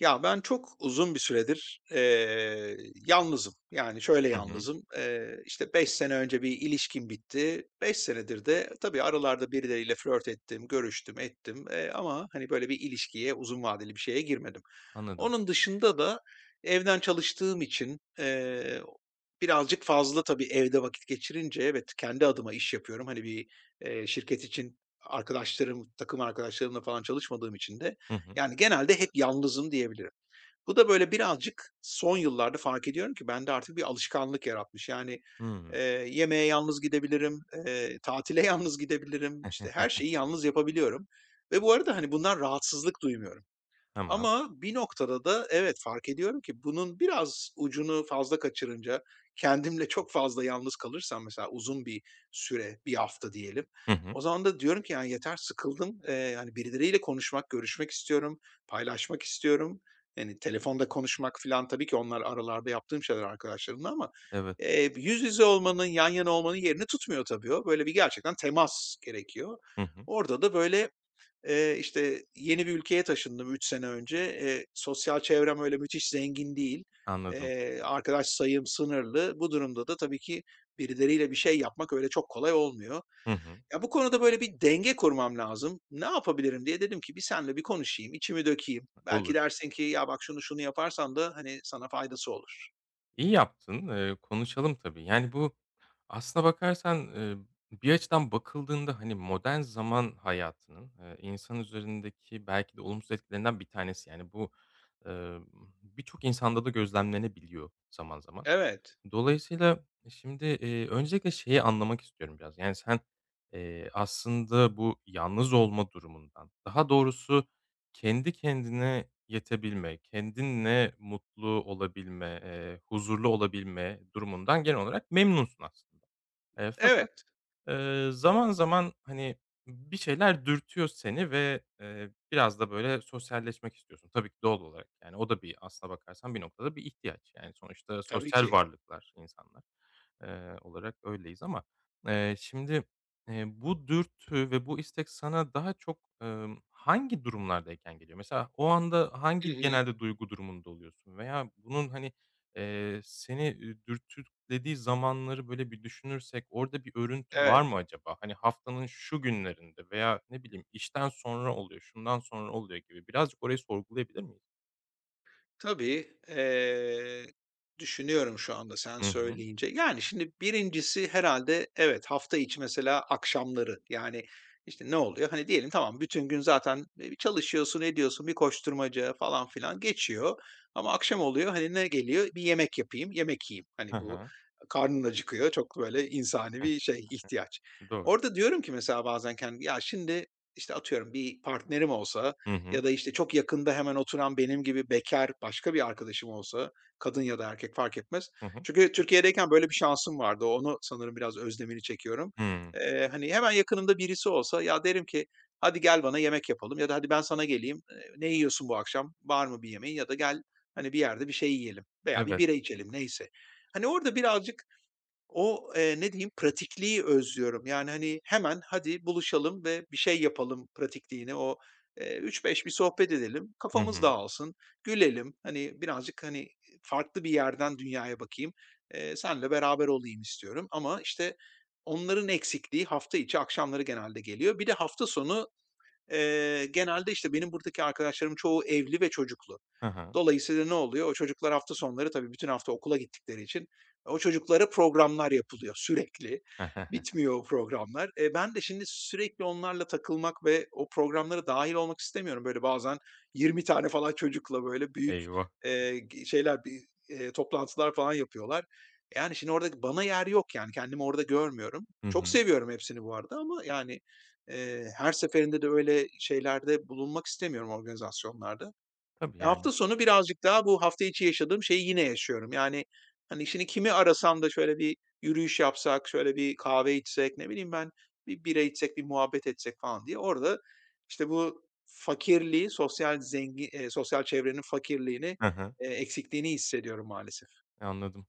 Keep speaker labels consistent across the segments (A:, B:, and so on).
A: Ya, ben çok uzun bir süredir, yalnızım. Yani şöyle
B: Hı hı.
A: yalnızım, işte, 5 sene önce bir ilişkim bitti. 5 senedir de tabii aralarda birileriyle flört ettim, görüştüm, ettim, ama, hani, böyle bir ilişkiye, uzun vadeli bir şeye girmedim.
B: Anladım.
A: Onun dışında da evden çalıştığım için, birazcık fazla tabii evde vakit geçirince evet, kendi adıma iş yapıyorum. Hani, bir, şirket için arkadaşlarım, takım arkadaşlarımla falan çalışmadığım için de,
B: Hı hı.
A: yani genelde hep yalnızım diyebilirim. Bu da böyle birazcık son yıllarda fark ediyorum ki bende artık bir alışkanlık yaratmış. Yani, eee,
B: Hımm.
A: yemeğe yalnız gidebilirim, tatile yalnız gidebilirim, işte, her şeyi yalnız yapabiliyorum ve bu arada, hani, bundan rahatsızlık duymuyorum.
B: Tamam.
A: Ama bir noktada da evet, fark ediyorum ki bunun biraz ucunu fazla kaçırınca, kendimle çok fazla yalnız kalırsam mesela uzun bir süre, bir hafta diyelim,
B: Hı hı.
A: o zaman da diyorum ki, yani, yeter sıkıldım, yani, birileriyle konuşmak, görüşmek istiyorum, paylaşmak istiyorum. Yani, telefonda konuşmak falan tabii ki onlar aralarda yaptığım şeyler arkadaşlarımla ama,
B: Evet.
A: yüz yüze olmanın, yan yana olmanın yerini tutmuyor tabii o. Böyle bir gerçekten temas gerekiyor.
B: Hı hı.
A: Orada da böyle. İşte, yeni bir ülkeye taşındım 3 sene önce. Sosyal çevrem öyle müthiş zengin değil.
B: Anladım.
A: Arkadaş sayım sınırlı. Bu durumda da tabii ki birileriyle bir şey yapmak öyle çok kolay olmuyor.
B: Hı hı.
A: Ya, bu konuda böyle bir denge kurmam lazım. Ne yapabilirim diye dedim ki bir senle bir konuşayım, içimi dökeyim. Belki
B: Olur.
A: dersin ki ya bak şunu şunu yaparsan da, hani, sana faydası olur.
B: İyi yaptın. Konuşalım tabii. Yani, bu aslına bakarsan, bir açıdan bakıldığında, hani, modern zaman hayatının, insan üzerindeki belki de olumsuz etkilerinden bir tanesi. Yani, bu, eee, birçok insanda da gözlemlenebiliyor zaman zaman.
A: Evet,
B: Dolayısıyla şimdi, öncelikle şeyi anlamak istiyorum biraz. Yani, sen, aslında bu yalnız olma durumundan, daha doğrusu kendi kendine yetebilme, kendinle mutlu olabilme, huzurlu olabilme durumundan genel olarak memnunsun aslında. Fakat,
A: evet,
B: Zaman zaman, hani, bir şeyler dürtüyor seni ve, biraz da böyle sosyalleşmek istiyorsun. Tabii ki doğal olarak, yani, o da bir aslına bakarsan bir noktada bir ihtiyaç. Yani, sonuçta
A: tabii
B: sosyal
A: ki.
B: varlıklar insanlar, olarak öyleyiz ama, şimdi, bu dürtü ve bu istek sana daha çok, hangi durumlardayken geliyor? Mesela o anda
A: Hı
B: hangi
A: hı,
B: genelde duygu durumunda oluyorsun veya bunun, hani, seni, dürtü dediği zamanları, böyle, bir düşünürsek orada bir örüntü var
A: evet.
B: mı acaba? Hani, haftanın şu günlerinde veya ne bileyim işten sonra oluyor, şundan sonra oluyor gibi. Birazcık orayı sorgulayabilir miyiz?
A: Tabii, düşünüyorum şu anda sen
B: Hı hı.
A: söyleyince. Yani, şimdi birincisi herhâlde evet, hafta içi mesela akşamları, yani, işte, ne oluyor? Hani, diyelim tamam, bütün gün zaten, çalışıyorsun, ediyorsun, bir koşturmaca falan filan geçiyor ama akşam oluyor, hani, ne geliyor? Bir yemek yapayım, yemek yiyeyim.
B: Hı
A: Hani, bu
B: hı.
A: karnın acıkıyor, çok böyle insani
B: Heh,
A: bir şey, ihtiyaç.
B: doğru.
A: Orada diyorum ki mesela bazen kendim, ya, şimdi, işte, atıyorum bir partnerim olsa
B: Hı hı.
A: ya da, işte, çok yakında hemen oturan benim gibi bekar başka bir arkadaşım olsa, kadın ya da erkek fark etmez.
B: Hı hı.
A: Çünkü Türkiye'deyken böyle bir şansım vardı. Onu sanırım biraz özlemini çekiyorum.
B: Hımm.
A: Hani, hemen yakınımda birisi olsa ya derim ki "Hadi gel bana yemek yapalım." ya da "Hadi ben sana geleyim. Ne yiyorsun bu akşam? Var mı bir yemeğin?" ya da "Gel, hani, bir yerde bir şey yiyelim veya bir
B: Evet.
A: bira içelim." neyse. Hani, orada birazcık o, ne diyeyim, pratikliği özlüyorum. Yani, hani, hemen hadi buluşalım ve bir şey yapalım pratikliğini. O, 3-5 bir sohbet edelim,
B: Hı
A: kafamız
B: hı.
A: dağılsın, gülelim. Hani, birazcık, hani, farklı bir yerden dünyaya bakayım, seninle beraber olayım istiyorum ama, işte, onların eksikliği hafta içi akşamları genelde geliyor. Bir de hafta sonu, genelde, işte, benim buradaki arkadaşlarım çoğu evli ve çocuklu.
B: Hı hı.
A: Dolayısıyla ne oluyor? O çocuklar hafta sonları tabii bütün hafta okula gittikleri için o çocuklara programlar yapılıyor sürekli. Bitmiyor o programlar. E, ben de şimdi sürekli onlarla takılmak ve o programlara dahil olmak istemiyorum. Böyle bazen 20 tane falan çocukla böyle büyük,
B: Eyvah.
A: eee, g şeyler, bir, toplantılar falan yapıyorlar. Yani şimdi orada bana yer yok yani kendimi orada görmüyorum.
B: Hı
A: Çok
B: hı.
A: seviyorum hepsini bu arada ama yani, her seferinde de öyle şeylerde bulunmak istemiyorum organizasyonlarda.
B: Tabii,
A: E,
B: yani.
A: hafta sonu birazcık daha bu hafta içi yaşadığım şeyi yine yaşıyorum. Yani, hani, şimdi kimi arasam da şöyle bir yürüyüş yapsak, şöyle bir kahve içsek, ne bileyim ben, bir bira içsek, bir muhabbet etsek falan diye orada, işte, bu fakirliği, sosyal çevrenin fakirliğini,
B: Hı hı.
A: eksikliğini hissediyorum maalesef.
B: Anladım.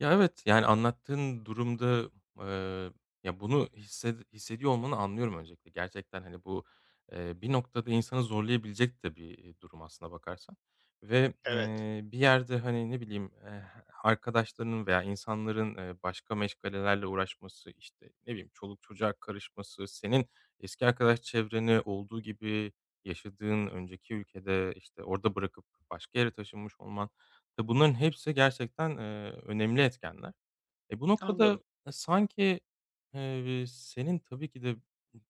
B: Ya, evet, yani, anlattığın durumda, eee, ya, bunu hissediyor olmanı anlıyorum öncelikle. Gerçekten, hani, bu, bir noktada insanı zorlayabilecek de bir, durum aslına bakarsan ve,
A: Evet,
B: bir yerde, hani, ne bileyim, arkadaşlarının veya insanların, başka meşgalelerle uğraşması, işte, ne bileyim, çoluk çocuğa karışması, senin eski arkadaş çevreni olduğu gibi yaşadığın önceki ülkede, işte, orada bırakıp başka yere taşınmış olman bunların hepsi gerçekten, önemli etkenler. Bu noktada,
A: anladım.
B: sanki, senin tabii ki de,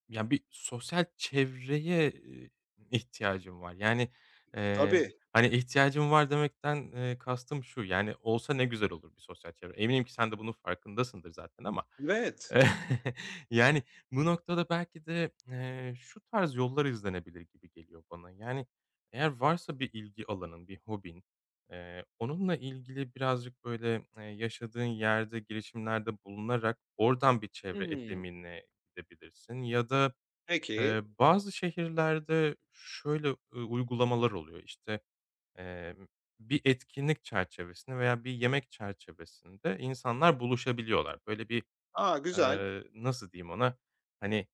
B: yani bir sosyal çevreye, ihtiyacın var. Yani, eee,
A: Tabii,
B: hani, ihtiyacın var demekten, kastım şu, yani, olsa ne güzel olur bir sosyal çevre. Eminim ki sen de bunun farkındasındır zaten ama
A: evet.
B: Yani, bu noktada belki de, şu tarz yollar izlenebilir gibi geliyor bana. Yani, eğer varsa bir ilgi alanın, bir hobin, onunla ilgili birazcık, böyle, yaşadığın yerde girişimlerde bulunarak oradan bir çevre
A: Hımm.
B: edinimine gidebilirsin ya da,
A: Peki.
B: bazı şehirlerde şöyle, uygulamalar oluyor. İşte, emm, bir etkinlik çerçevesinde veya bir yemek çerçevesinde insanlar buluşabiliyorlar. Böyle bir
A: A, güzel.
B: Nasıl diyeyim ona? Hani,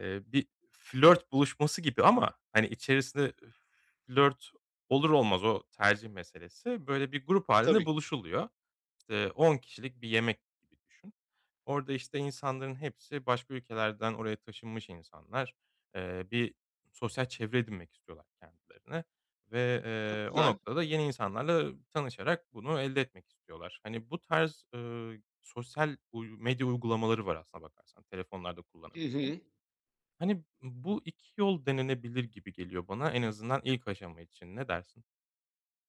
B: bir flört buluşması gibi ama, hani, içerisinde flört olur olmaz o tercih meselesi. Böyle bir grup halinde
A: Tabii ki,
B: buluşuluyor. 10 kişilik bir yemek gibi düşün. Orada, işte, insanların hepsi başka ülkelerden oraya taşınmış insanlar. Bir sosyal çevre edinmek istiyorlar kendilerine ve,
A: çok
B: o
A: güzel.
B: noktada yeni insanlarla tanışarak bunu elde etmek istiyorlar. Hani, bu tarz, sosyal medya uygulamaları var aslına bakarsan telefonlarda
A: Hı
B: kullanabildiğin.
A: hı.
B: Hani, bu 2 yol denenebilir gibi geliyor bana en azından ilk aşama için. Ne dersin?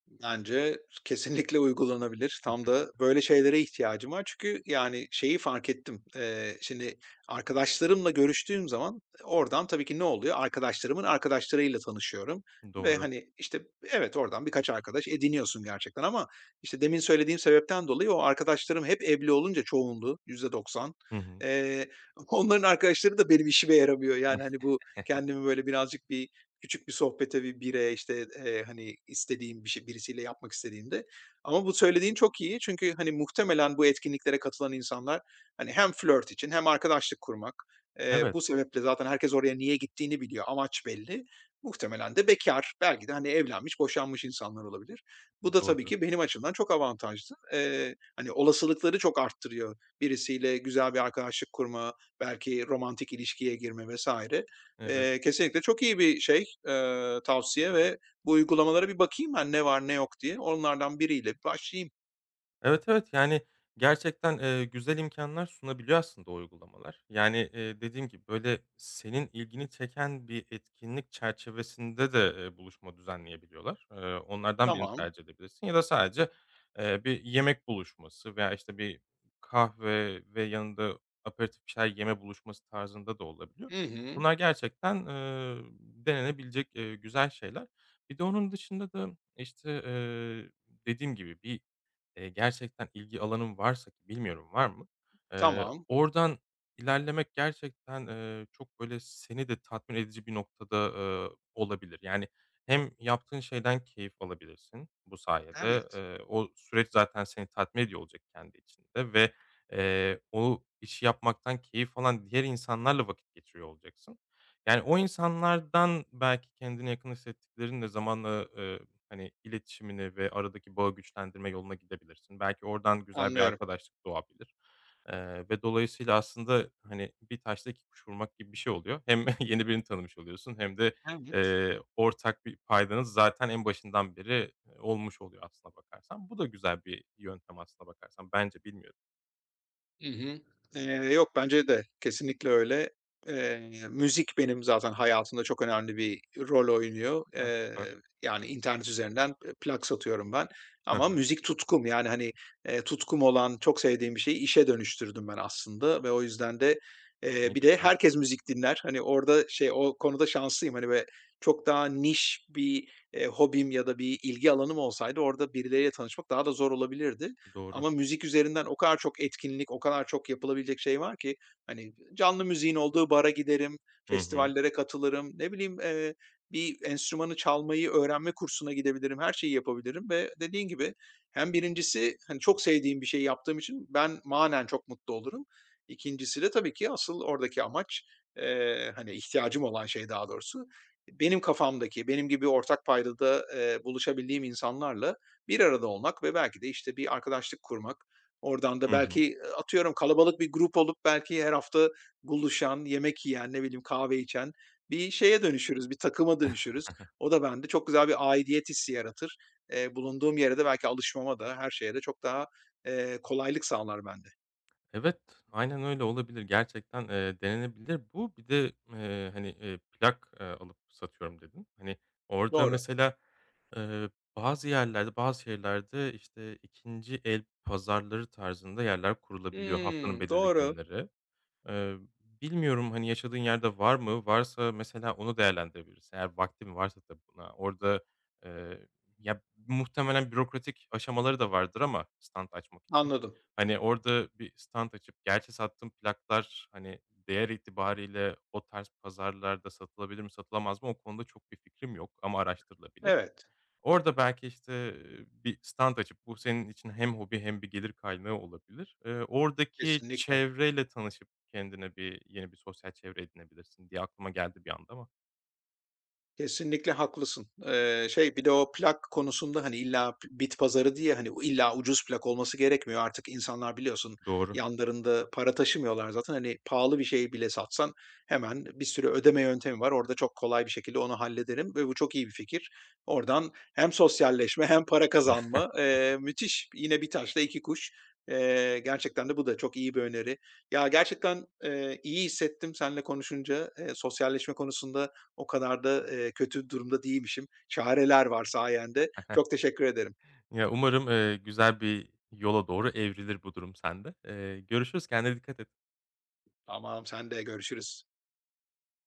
A: Bence kesinlikle uygulanabilir. Tam da böyle şeylere ihtiyacım var. Çünkü yani şeyi fark ettim. Şimdi arkadaşlarımla görüştüğüm zaman oradan tabii ki ne oluyor? Arkadaşlarımın arkadaşlarıyla tanışıyorum ve
B: Doğru.
A: hani işte evet oradan birkaç arkadaş ediniyorsun gerçekten ama işte demin söylediğim sebepten dolayı o arkadaşlarım hep evli olunca çoğunluğu %90
B: Hı hı.
A: eee, onların arkadaşları da benim işime yaramıyor. Yani hani bu kendimi böyle birazcık bir. Küçük bir sohbete, bir bire, işte, hani, istediğim bir şey birisiyle yapmak istediğimde, ama bu söylediğin çok iyi çünkü, hani, muhtemelen bu etkinliklere katılan insanlar, hani, hem flört için hem arkadaşlık kurmak,
B: Evet,
A: bu sebeple zaten herkes oraya niye gittiğini biliyor, amaç belli. Muhtemelen de bekar, belki de, hani, evlenmiş, boşanmış insanlar olabilir. Bu da tabii
B: doğru.
A: ki benim açımdan çok avantajlı. Hani, olasılıkları çok arttırıyor. Birisiyle güzel bir arkadaşlık kurma, belki romantik ilişkiye girme vesaire.
B: Evet.
A: Kesinlikle çok iyi bir şey, tavsiye ve bu uygulamalara bir bakayım ben ne var ne yok diye. Onlardan biriyle başlayayım.
B: Evet, evet, yani, gerçekten, güzel imkanlar sunabiliyor aslında o uygulamalar. Yani, dediğim gibi, böyle, senin ilgini çeken bir etkinlik çerçevesinde de, buluşma düzenleyebiliyorlar. Onlardan birini
A: Tamam.
B: tercih edebilirsin ya da sadece, bir yemek buluşması veya, işte, bir kahve ve yanında aperatif bir şeyler yeme buluşması tarzında da olabiliyor.
A: Hı hı.
B: Bunlar gerçekten, denenebilecek, güzel şeyler. Bir de onun dışında da, işte, dediğim gibi gerçekten ilgi alanın varsa ki bilmiyorum var mı,
A: Tamam.
B: oradan ilerlemek gerçekten, çok böyle seni de tatmin edici bir noktada, olabilir. Yani hem yaptığın şeyden keyif alabilirsin bu sayede.
A: Evet.
B: O süreç zaten seni tatmin ediyor olacak kendi içinde ve, o işi yapmaktan keyif alan diğer insanlarla vakit geçiriyor olacaksın. Yani o insanlardan belki kendine yakın hissettiklerin de zamanla, hani, iletişimini ve aradaki bağı güçlendirme yoluna gidebilirsin. Belki oradan güzel bir
A: Anlıyorum.
B: arkadaşlık doğabilir, ve dolayısıyla aslında, hani, bir taşla iki kuş vurmak gibi bir şey oluyor. Hem yeni birini tanımış oluyorsun hem de,
A: Evet.
B: ortak bir paydanız zaten en başından beri, olmuş oluyor aslına bakarsan. Bu da güzel bir yöntem aslına bakarsan bence, bilmiyorum.
A: Hı hı. Yok, bence de kesinlikle öyle. Müzik benim zaten hayatımda çok önemli bir rol oynuyor.
B: Ya, süper.
A: Yani internet üzerinden plak satıyorum ben
B: Hı
A: ama
B: hı.
A: müzik tutkum. Yani, hani, tutkum olan, çok sevdiğim bir şeyi işe dönüştürdüm ben aslında ve o yüzden de,
B: Ne
A: bir de
B: güzel.
A: herkes müzik dinler. Hani, orada şey, o konuda şanslıyım. Hani, ve çok daha niş bir, hobim ya da bir ilgi alanım olsaydı orada birileriyle tanışmak daha da zor olabilirdi.
B: Doğru.
A: Ama müzik üzerinden o kadar çok etkinlik, o kadar çok yapılabilecek şey var ki, hani, canlı müziğin olduğu bara giderim,
B: Hı hı.
A: festivallere katılırım, ne bileyim, bir enstrümanı çalmayı öğrenme kursuna gidebilirim, her şeyi yapabilirim ve dediğin gibi hem birincisi hani, çok sevdiğim bir şeyi yaptığım için ben manen çok mutlu olurum. İkincisi de tabii ki asıl oradaki amaç, hani, ihtiyacım olan şey daha doğrusu, benim kafamdaki, benim gibi ortak paydada, buluşabildiğim insanlarla bir arada olmak ve belki de, işte, bir arkadaşlık kurmak. Oradan da
B: Hı hı.
A: belki, atıyorum kalabalık bir grup olup belki her hafta buluşan, yemek yiyen, ne bileyim kahve içen bir şeye dönüşürüz, bir takıma dönüşürüz. O da bende çok güzel bir aidiyet hissi yaratır. Bulunduğum yere de belki alışmama da, her şeye de çok daha, kolaylık sağlar bende.
B: Evet, aynen öyle olabilir. Gerçekten, denenebilir bu. Bir de, hani, plak, alıp satıyorum dedin. Hani, orada
A: Doğru.
B: mesela, eee, bazı yerlerde, bazı şehirlerde, işte, ikinci el pazarları tarzında yerler kurulabiliyor haftanın
A: Hımm,
B: belirli
A: doğru.
B: günleri. Eee, Bilmiyorum, hani, yaşadığın yerde var mı? Varsa mesela onu değerlendirebilirsin. Eğer vaktin varsa tabii buna. Orada, eee, ya, muhtemelen bürokratik aşamaları da vardır ama stand açmak için.
A: Anladım.
B: Hani, orada bir stand açıp gerçi sattığım plaklar, hani, değer itibariyle o tarz pazarlarda satılabilir mi, satılamaz mı o konuda çok bir fikrim yok ama araştırılabilir.
A: Evet,
B: Orada belki, işte, bir stand açıp bu senin için hem hobi hem bir gelir kaynağı olabilir. Oradaki
A: kesinlikle.
B: çevreyle tanışıp kendine bir yeni bir sosyal çevre edinebilirsin diye aklıma geldi bir anda ama.
A: Kesinlikle haklısın. Şey bir de o plak konusunda, hani, illa bit pazarı diye, hani, o illa ucuz plak olması gerekmiyor. Artık insanlar biliyorsun
B: Doğru.
A: yanlarında para taşımıyorlar zaten. Hani, pahalı bir şey bile satsan hemen bir sürü ödeme yöntemi var. Orada çok kolay bir şekilde onu hallederim ve bu çok iyi bir fikir. Oradan hem sosyalleşme hem para kazanma. Müthiş. Yine bir taşla iki kuş. Gerçekten de bu da çok iyi bir öneri. Ya, gerçekten, iyi hissettim seninle konuşunca. Sosyalleşme konusunda o kadar da, kötü durumda değilmişim. Çareler var sayende. Çok teşekkür ederim.
B: Ya, umarım, güzel bir yola doğru evrilir bu durum sende. Görüşürüz, kendine dikkat et.
A: Tamam, sen de görüşürüz.